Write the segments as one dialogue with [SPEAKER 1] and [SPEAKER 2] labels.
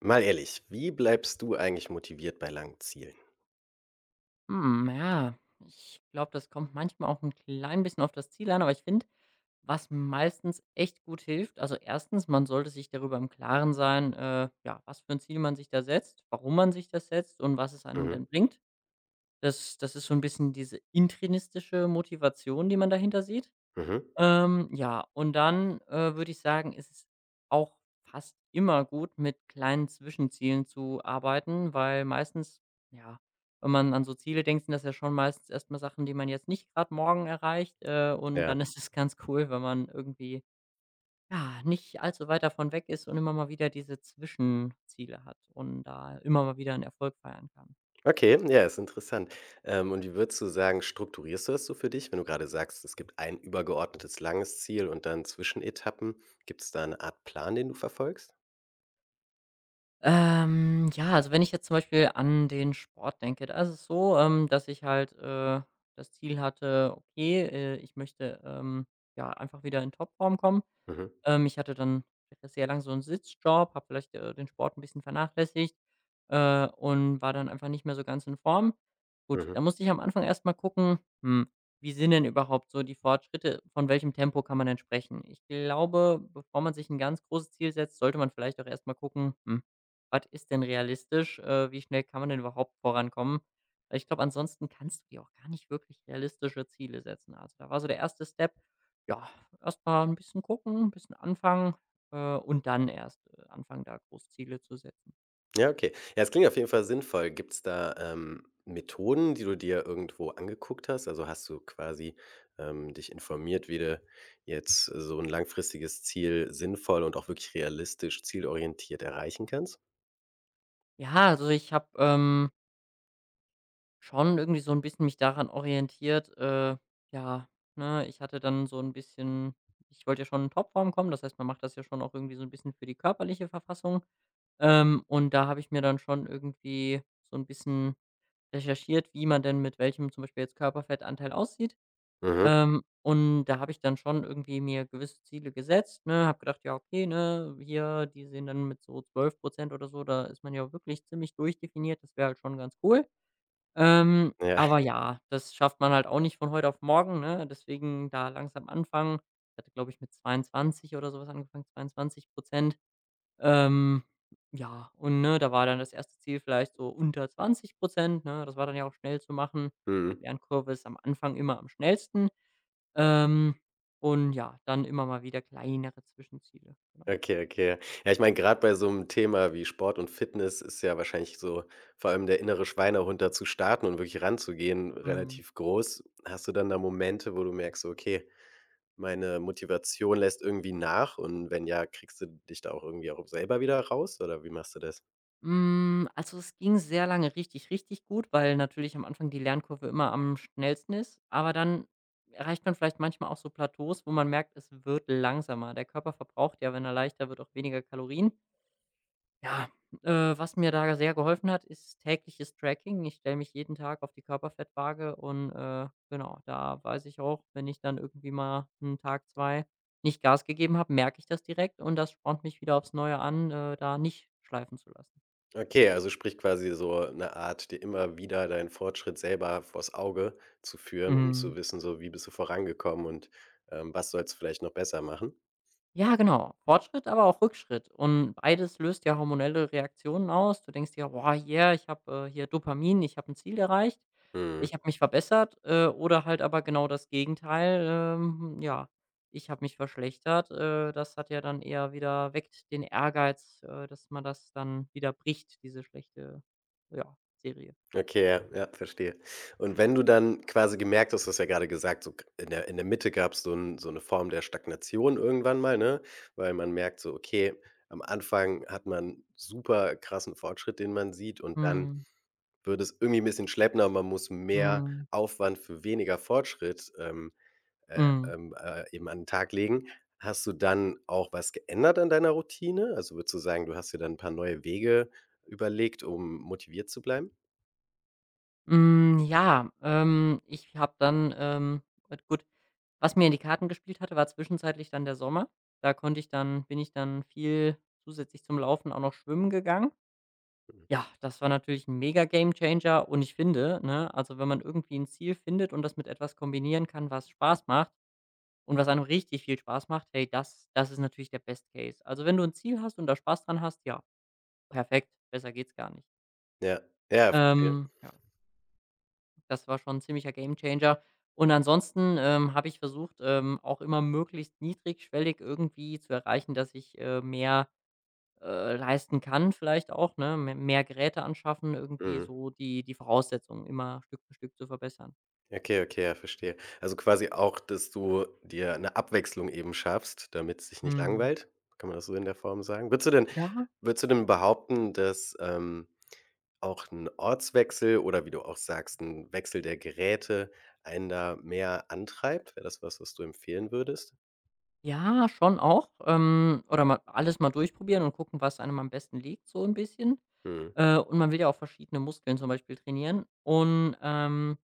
[SPEAKER 1] Mal ehrlich, wie bleibst du eigentlich motiviert bei langen Zielen?
[SPEAKER 2] Hm, ja, ich glaube, das kommt manchmal auch ein klein bisschen auf das Ziel an, aber ich finde, was meistens echt gut hilft, also erstens, man sollte sich darüber im Klaren sein, ja, was für ein Ziel man sich da setzt, warum man sich das setzt und was es einem
[SPEAKER 1] Mhm,
[SPEAKER 2] denn bringt. Das ist so ein bisschen diese intrinistische Motivation, die man dahinter sieht.
[SPEAKER 1] mhm.
[SPEAKER 2] Ja, und dann, würde ich sagen, ist es auch fast immer gut, mit kleinen Zwischenzielen zu arbeiten, weil meistens, ja, wenn man an so Ziele denkt, sind das ja schon meistens erstmal Sachen, die man jetzt nicht gerade morgen erreicht, und
[SPEAKER 1] Ja.
[SPEAKER 2] dann ist es ganz cool, wenn man irgendwie, ja, nicht allzu weit davon weg ist und immer mal wieder diese Zwischenziele hat und da immer mal wieder einen Erfolg feiern kann.
[SPEAKER 1] Okay, ja, ist interessant. Und wie würdest du sagen, strukturierst du das so für dich, wenn du gerade sagst, es gibt ein übergeordnetes langes Ziel und dann Zwischenetappen? Gibt es da eine Art Plan, den du verfolgst?
[SPEAKER 2] Ja, also wenn ich jetzt zum Beispiel an den Sport denke, da ist es so, dass ich halt das Ziel hatte, okay, ich möchte ja einfach wieder in Topform kommen.
[SPEAKER 1] Mhm,
[SPEAKER 2] Ich hatte dann sehr lang so einen Sitzjob, habe vielleicht, den Sport ein bisschen vernachlässigt, und war dann einfach nicht mehr so ganz in Form. Gut, da
[SPEAKER 1] mhm.
[SPEAKER 2] musste ich am Anfang erst mal gucken, hm, wie sind denn überhaupt so die Fortschritte? Von welchem Tempo kann man denn sprechen? Ich glaube, bevor man sich ein ganz großes Ziel setzt, sollte man vielleicht auch erst mal gucken, was ist denn realistisch? Wie schnell kann man denn überhaupt vorankommen? Weil ich glaube, ansonsten kannst du dir auch gar nicht wirklich realistische Ziele setzen. Also, da war so der erste Step, ja, erstmal ein bisschen gucken, ein bisschen anfangen, und dann erst, anfangen, da groß Ziele zu setzen.
[SPEAKER 1] Ja, okay. Ja, es klingt auf jeden Fall sinnvoll. Gibt's da, Methoden, die du dir irgendwo angeguckt hast? Also, hast du quasi, dich informiert, wie du jetzt so ein langfristiges Ziel sinnvoll und auch wirklich realistisch zielorientiert erreichen kannst?
[SPEAKER 2] Ja, also ich habe, schon irgendwie so ein bisschen mich daran orientiert, ja, ne, ich hatte dann so ein bisschen, ich wollte ja schon in Topform kommen, das heißt, man macht das ja schon auch irgendwie so ein bisschen für die körperliche Verfassung. Und da habe ich mir dann schon irgendwie so ein bisschen recherchiert, wie man denn mit welchem zum Beispiel jetzt Körperfettanteil aussieht.
[SPEAKER 1] Mhm.
[SPEAKER 2] Und da habe ich dann schon irgendwie mir gewisse Ziele gesetzt, ne, habe gedacht: „Ja, okay, ne, hier, die sehen dann mit so 12% oder so, da ist man ja wirklich ziemlich durchdefiniert, das wäre halt schon ganz cool.“
[SPEAKER 1] Ja.
[SPEAKER 2] Aber ja, das schafft man halt auch nicht von heute auf morgen, ne? Deswegen da langsam anfangen. Ich hatte, glaube ich, mit 22 oder sowas was angefangen, 22. Ähm, ja, und, ne, da war dann das erste Ziel vielleicht so unter 20%, ne? Das war dann ja auch schnell zu machen.
[SPEAKER 1] Mhm.
[SPEAKER 2] Lernkurve ist am Anfang immer am schnellsten. Ähm, und ja, dann immer mal wieder kleinere Zwischenziele, genau.
[SPEAKER 1] Okay, okay. Ja, ich meine, gerade bei so einem Thema wie Sport und Fitness ist ja wahrscheinlich so vor allem der innere Schweinehund, da zu starten und wirklich ranzugehen,
[SPEAKER 2] Mhm.
[SPEAKER 1] relativ groß. Hast du dann da Momente, wo du merkst, so: „Okay, meine Motivation lässt irgendwie nach“, und wenn ja, kriegst du dich da auch irgendwie auch selber wieder raus oder wie machst du das?
[SPEAKER 2] Also, es ging sehr lange richtig, richtig gut, weil natürlich am Anfang die Lernkurve immer am schnellsten ist, aber dann erreicht man vielleicht manchmal auch so Plateaus, wo man merkt, es wird langsamer. Der Körper verbraucht ja, wenn er leichter wird, auch weniger Kalorien. Ja, was mir da sehr geholfen hat, ist tägliches Tracking. Ich stelle mich jeden Tag auf die Körperfettwaage und, genau, da weiß ich auch, wenn ich dann irgendwie mal einen Tag, 2 nicht Gas gegeben habe, merke ich das direkt und das spornt mich wieder aufs Neue an, da nicht schleifen zu lassen.
[SPEAKER 1] Okay, also sprich quasi so eine Art, dir immer wieder deinen Fortschritt selber vors Auge zu führen, um zu wissen, so wie bist du vorangekommen und, was sollst du vielleicht noch besser machen?
[SPEAKER 2] Ja, genau. Fortschritt, aber auch Rückschritt. Und beides löst ja hormonelle Reaktionen aus. Du denkst dir: „Boah, yeah, ich habe, hier Dopamin, ich habe ein Ziel erreicht,
[SPEAKER 1] Mhm.
[SPEAKER 2] ich habe mich verbessert.“ Oder halt aber genau das Gegenteil, ja, ich habe mich verschlechtert. Das hat ja dann eher wieder, weckt den Ehrgeiz, dass man das dann wieder bricht, diese schlechte, ja, Serie.
[SPEAKER 1] Okay, ja, ja, verstehe. Und wenn du dann quasi gemerkt hast, du hast ja gerade gesagt, so k in der Mitte gab es so 'n so eine Form der Stagnation irgendwann mal, ne? Weil man merkt so, okay, am Anfang hat man super krassen Fortschritt, den man sieht, und dann
[SPEAKER 2] Mhm,
[SPEAKER 1] wird es irgendwie ein bisschen schleppender und man muss
[SPEAKER 2] mhm,
[SPEAKER 1] mehr
[SPEAKER 2] mhm.
[SPEAKER 1] Aufwand für weniger Fortschritt, äh,
[SPEAKER 2] Hm,
[SPEAKER 1] eben an den Tag legen. Hast du dann auch was geändert an deiner Routine? Also, würdest du sagen, du hast dir dann ein paar neue Wege überlegt, um motiviert zu bleiben?
[SPEAKER 2] Ja, ich habe dann, gut, was mir in die Karten gespielt hatte, war zwischenzeitlich dann der Sommer. Da konnte ich dann bin ich dann viel zusätzlich zum Laufen auch noch schwimmen gegangen.
[SPEAKER 1] Mhm.
[SPEAKER 2] Ja, das war natürlich ein mega Gamechanger und ich finde, ne, also wenn man irgendwie ein Ziel findet und das mit etwas kombinieren kann, was Spaß macht und was einem richtig viel Spaß macht, hey, das ist natürlich der Best Case. Also, wenn du ein Ziel hast und da Spaß dran hast, ja, perfekt, besser geht's gar nicht.
[SPEAKER 1] Ja, ja, verstehe.
[SPEAKER 2] Ja. Das war schon 'n ziemlicher Gamechanger. Und ansonsten, habe ich versucht, auch immer möglichst niedrigschwellig irgendwie zu erreichen, dass ich, mehr, leisten kann vielleicht auch, ne? Me Mehr Geräte anschaffen, irgendwie
[SPEAKER 1] Mhm.
[SPEAKER 2] so die Voraussetzungen immer Stück für Stück zu verbessern.
[SPEAKER 1] Okay, okay, ja, verstehe. Also quasi auch, dass du dir eine Abwechslung eben schaffst, damit es dich nicht
[SPEAKER 2] Mhm.
[SPEAKER 1] langweilt? Kann man das so in der Form sagen? Würdest du denn
[SPEAKER 2] Ja,
[SPEAKER 1] würdest du denn behaupten, dass, auch ein Ortswechsel oder, wie du auch sagst, ein Wechsel der Geräte einen da mehr antreibt? Wäre das was, was du empfehlen würdest?
[SPEAKER 2] ja, schon auch. Oder mal alles mal durchprobieren und gucken, was einem am besten liegt, so ein bisschen.
[SPEAKER 1] Mhm,
[SPEAKER 2] Und man will ja auch verschiedene Muskeln zum Beispiel trainieren. Und,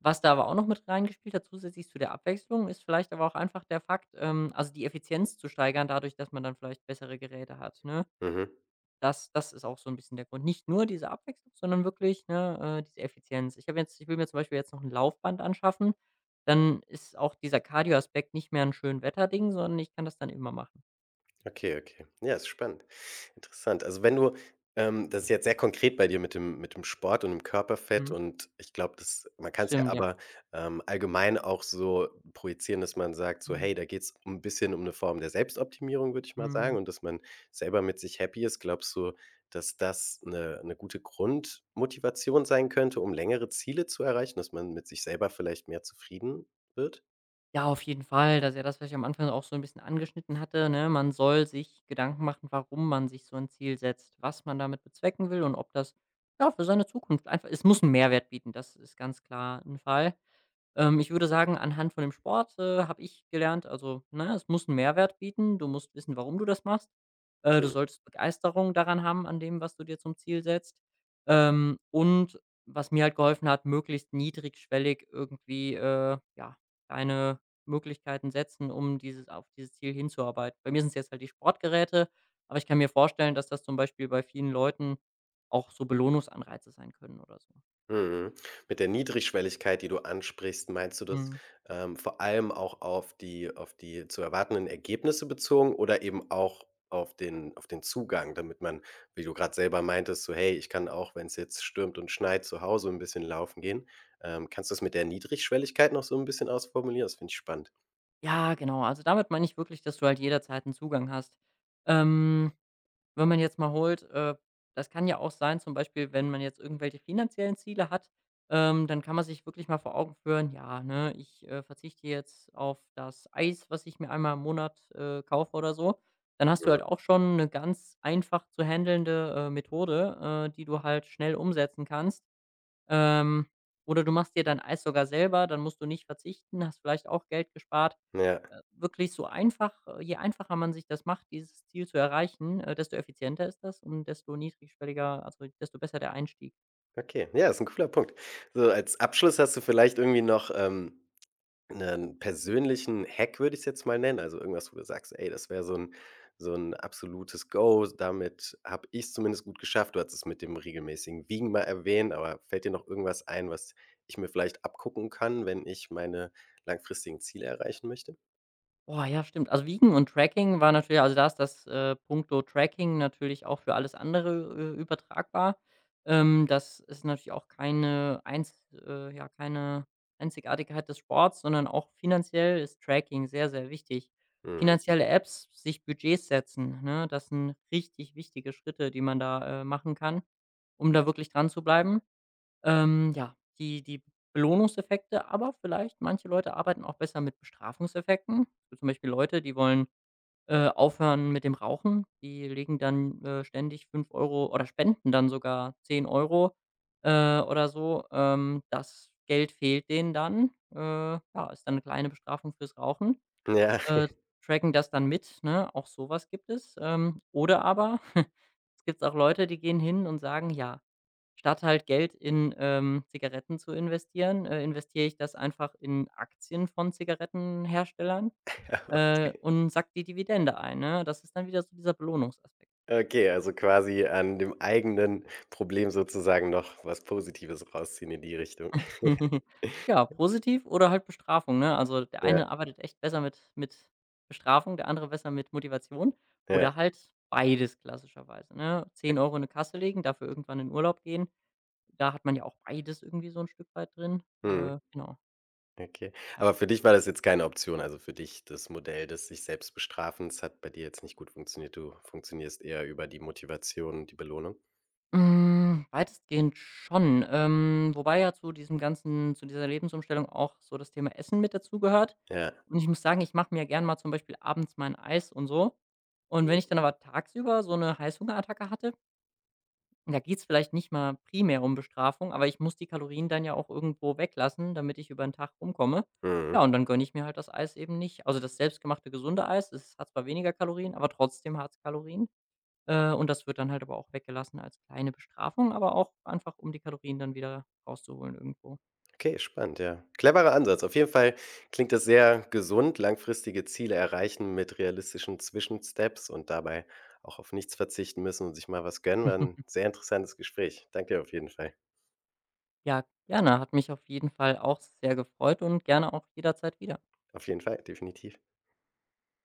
[SPEAKER 2] was da aber auch noch mit reingespielt hat, zusätzlich zu der Abwechslung, ist vielleicht aber auch einfach der Fakt, also die Effizienz zu steigern dadurch, dass man dann vielleicht bessere Geräte hat, ne?
[SPEAKER 1] mhm.
[SPEAKER 2] Das ist auch so ein bisschen der Grund. Nicht nur diese Abwechslung, sondern wirklich, ne, diese Effizienz. Ich habe jetzt Ich will mir zum Beispiel jetzt noch ein Laufband anschaffen, dann ist auch dieser Cardio-Aspekt nicht mehr ein 'n Wetterding, sondern ich kann das dann immer machen.
[SPEAKER 1] Okay, okay. Ja, ist spannend. Interessant. Also, wenn du das ist jetzt sehr konkret bei dir mit dem Sport und dem Körperfett,
[SPEAKER 2] Mhm.
[SPEAKER 1] und ich glaube, das man kann es ja
[SPEAKER 2] Stimmt, ja.
[SPEAKER 1] aber, allgemein auch so projizieren, dass man sagt so:
[SPEAKER 2] Mhm.
[SPEAKER 1] „Hey, da geht's ein bisschen um eine Form der Selbstoptimierung“, würde ich mal sagen,
[SPEAKER 2] Mhm.
[SPEAKER 1] und dass man selber mit sich happy ist. Glaubst du, dass das eine gute Grundmotivation sein könnte, um längere Ziele zu erreichen, dass man mit sich selber vielleicht mehr zufrieden wird?
[SPEAKER 2] Ja, auf jeden Fall, dass er das, was ich am Anfang auch so ein bisschen angeschnitten hatte, ne? Man soll sich Gedanken machen, warum man sich so ein Ziel setzt, was man damit bezwecken will und ob das, ja, für seine Zukunft einfach, es muss einen Mehrwert bieten, das ist ganz klar ein Fall. Ich würde sagen, anhand von dem Sport, habe ich gelernt, also, ne, es muss einen Mehrwert bieten. Du musst wissen, warum du das machst. Du
[SPEAKER 1] Mhm.
[SPEAKER 2] solltest Begeisterung daran haben, an dem, was du dir zum Ziel setzt. Und was mir halt geholfen hat, möglichst niedrigschwellig irgendwie, ja, kleine Möglichkeiten setzen, um dieses auf dieses Ziel hinzuarbeiten. Bei mir sind es jetzt halt die Sportgeräte, aber ich kann mir vorstellen, dass das zum Beispiel bei vielen Leuten auch so Belohnungsanreize sein können oder so.
[SPEAKER 1] Mhm. Mit der Niedrigschwelligkeit, die du ansprichst, meinst du das,
[SPEAKER 2] Mhm.
[SPEAKER 1] vor allem auch auf die zu erwartenden Ergebnisse bezogen oder eben auch auf den Zugang, damit man, wie du gerade selber meintest, so: „Hey, ich kann auch, wenn es jetzt stürmt und schneit, zu Hause ein bisschen laufen gehen.“ Kannst du's mit der Niedrigschwelligkeit noch so ein bisschen ausformulieren? Das finde ich spannend.
[SPEAKER 2] Ja, genau. Also, damit meine ich wirklich, dass du halt jederzeit einen Zugang hast. Ähm, Wenn man jetzt mal holt das kann ja auch sein, zum Beispiel wenn man jetzt irgendwelche finanziellen Ziele hat, dann kann man sich wirklich mal vor Augen führen: „Ja, ne, ich, verzichte jetzt auf das Eis, was ich mir einmal im Monat, kaufe oder so.“ Dann hast du
[SPEAKER 1] Mhm.
[SPEAKER 2] halt auch schon eine ganz einfach zu handelnde, Methode, die du halt schnell umsetzen kannst. Ähm, oder du machst dir dein Eis sogar selber, dann musst du nicht verzichten, hast vielleicht auch Geld gespart.
[SPEAKER 1] Ja,
[SPEAKER 2] Wirklich so einfach, je einfacher man sich das macht, dieses Ziel zu erreichen, desto effizienter ist das und desto niedrigschwelliger, also desto besser der Einstieg.
[SPEAKER 1] okay. Ja, ist ein cooler Punkt. So als Abschluss, hast du vielleicht irgendwie noch, einen persönlichen Hack, würde ich es jetzt mal nennen, also irgendwas, wo du sagst: „Ey, das wäre so ein absolutes Go. Damit habe ich's zumindest gut geschafft.“ Du hast es mit dem regelmäßigen Wiegen mal erwähnt, aber fällt dir noch irgendwas ein, was ich mir vielleicht abgucken kann, wenn ich meine langfristigen Ziele erreichen möchte?
[SPEAKER 2] Boah, ja, stimmt. Also Wiegen und Tracking war natürlich, also da ist das, punkto Tracking natürlich auch für alles andere, übertragbar. Das ist natürlich auch keine einz ja, keine Einzigartigkeit des Sports, sondern auch finanziell ist Tracking sehr, sehr wichtig.
[SPEAKER 1] Mhm.
[SPEAKER 2] Finanzielle Apps, sich Budgets setzen, ne? Das sind richtig wichtige Schritte, die man da, machen kann, um da wirklich dran zu bleiben, ja, die Belohnungseffekte, aber vielleicht manche Leute arbeiten auch besser mit Bestrafungseffekten. So zum Beispiel Leute, die wollen, aufhören mit dem Rauchen, die legen dann, ständig 5 € oder spenden dann sogar 10 €, oder so. Das Geld fehlt denen dann. Ja, ist dann eine kleine Bestrafung fürs Rauchen.
[SPEAKER 1] Ja,
[SPEAKER 2] Äh, Tracken das dann mit, ne? Auch sowas gibt es. Oder aber es gibt auch Leute, die gehen hin und sagen: „Ja, statt halt Geld in, Zigaretten zu investieren, investiere ich das einfach in Aktien von Zigarettenherstellern, und sack die Dividende ein, ne? Das ist dann wieder so dieser Belohnungsaspekt.“
[SPEAKER 1] okay, also quasi an dem eigenen Problem sozusagen noch was Positives rausziehen in die Richtung.
[SPEAKER 2] Ja, positiv oder halt Bestrafung, ne? Also, der
[SPEAKER 1] Ja,
[SPEAKER 2] eine arbeitet echt besser mit Bestrafung, der andere besser mit Motivation
[SPEAKER 1] ja.
[SPEAKER 2] oder halt beides klassischerweise, ne? 10 € in 'ne Kasse legen, dafür irgendwann in Urlaub gehen. Da hat man ja auch beides irgendwie so ein Stück weit drin.
[SPEAKER 1] Mhm.
[SPEAKER 2] Genau.
[SPEAKER 1] Okay.
[SPEAKER 2] Ja.
[SPEAKER 1] Aber für dich war das jetzt keine Option? Also, für dich das Modell des sich selbst Bestrafens hat bei dir jetzt nicht gut funktioniert. Du funktionierst eher über die Motivation und die Belohnung?
[SPEAKER 2] Weitestgehend schon. Wobei ja zu diesem ganzen zu dieser Lebensumstellung auch so das Thema Essen mit dazugehört.
[SPEAKER 1] Ja.
[SPEAKER 2] Und ich muss sagen, ich mache mir gern mal zum Beispiel abends mein Eis und so. Und wenn ich dann aber tagsüber so eine Heißhungerattacke hatte, da geht es vielleicht nicht mal primär um Bestrafung, aber ich muss die Kalorien dann ja auch irgendwo weglassen, damit ich über den Tag rumkomme.
[SPEAKER 1] Mhm.
[SPEAKER 2] Ja, und dann gönne ich mir halt das Eis eben nicht. Also, das selbstgemachte gesunde Eis, es hat zwar weniger Kalorien, aber trotzdem hat es Kalorien. Und das wird dann halt aber auch weggelassen als kleine Bestrafung, aber auch einfach, um die Kalorien dann wieder rauszuholen irgendwo.
[SPEAKER 1] Okay, spannend, ja. Cleverer Ansatz. Auf jeden Fall klingt das sehr gesund, langfristige Ziele erreichen mit realistischen Zwischensteps und dabei auch auf nichts verzichten müssen und sich mal was gönnen. War 'n sehr interessantes Gespräch. Danke auf jeden Fall.
[SPEAKER 2] Ja, gerne. Hat mich auf jeden Fall auch sehr gefreut und gerne auch jederzeit wieder.
[SPEAKER 1] Auf jeden Fall, definitiv.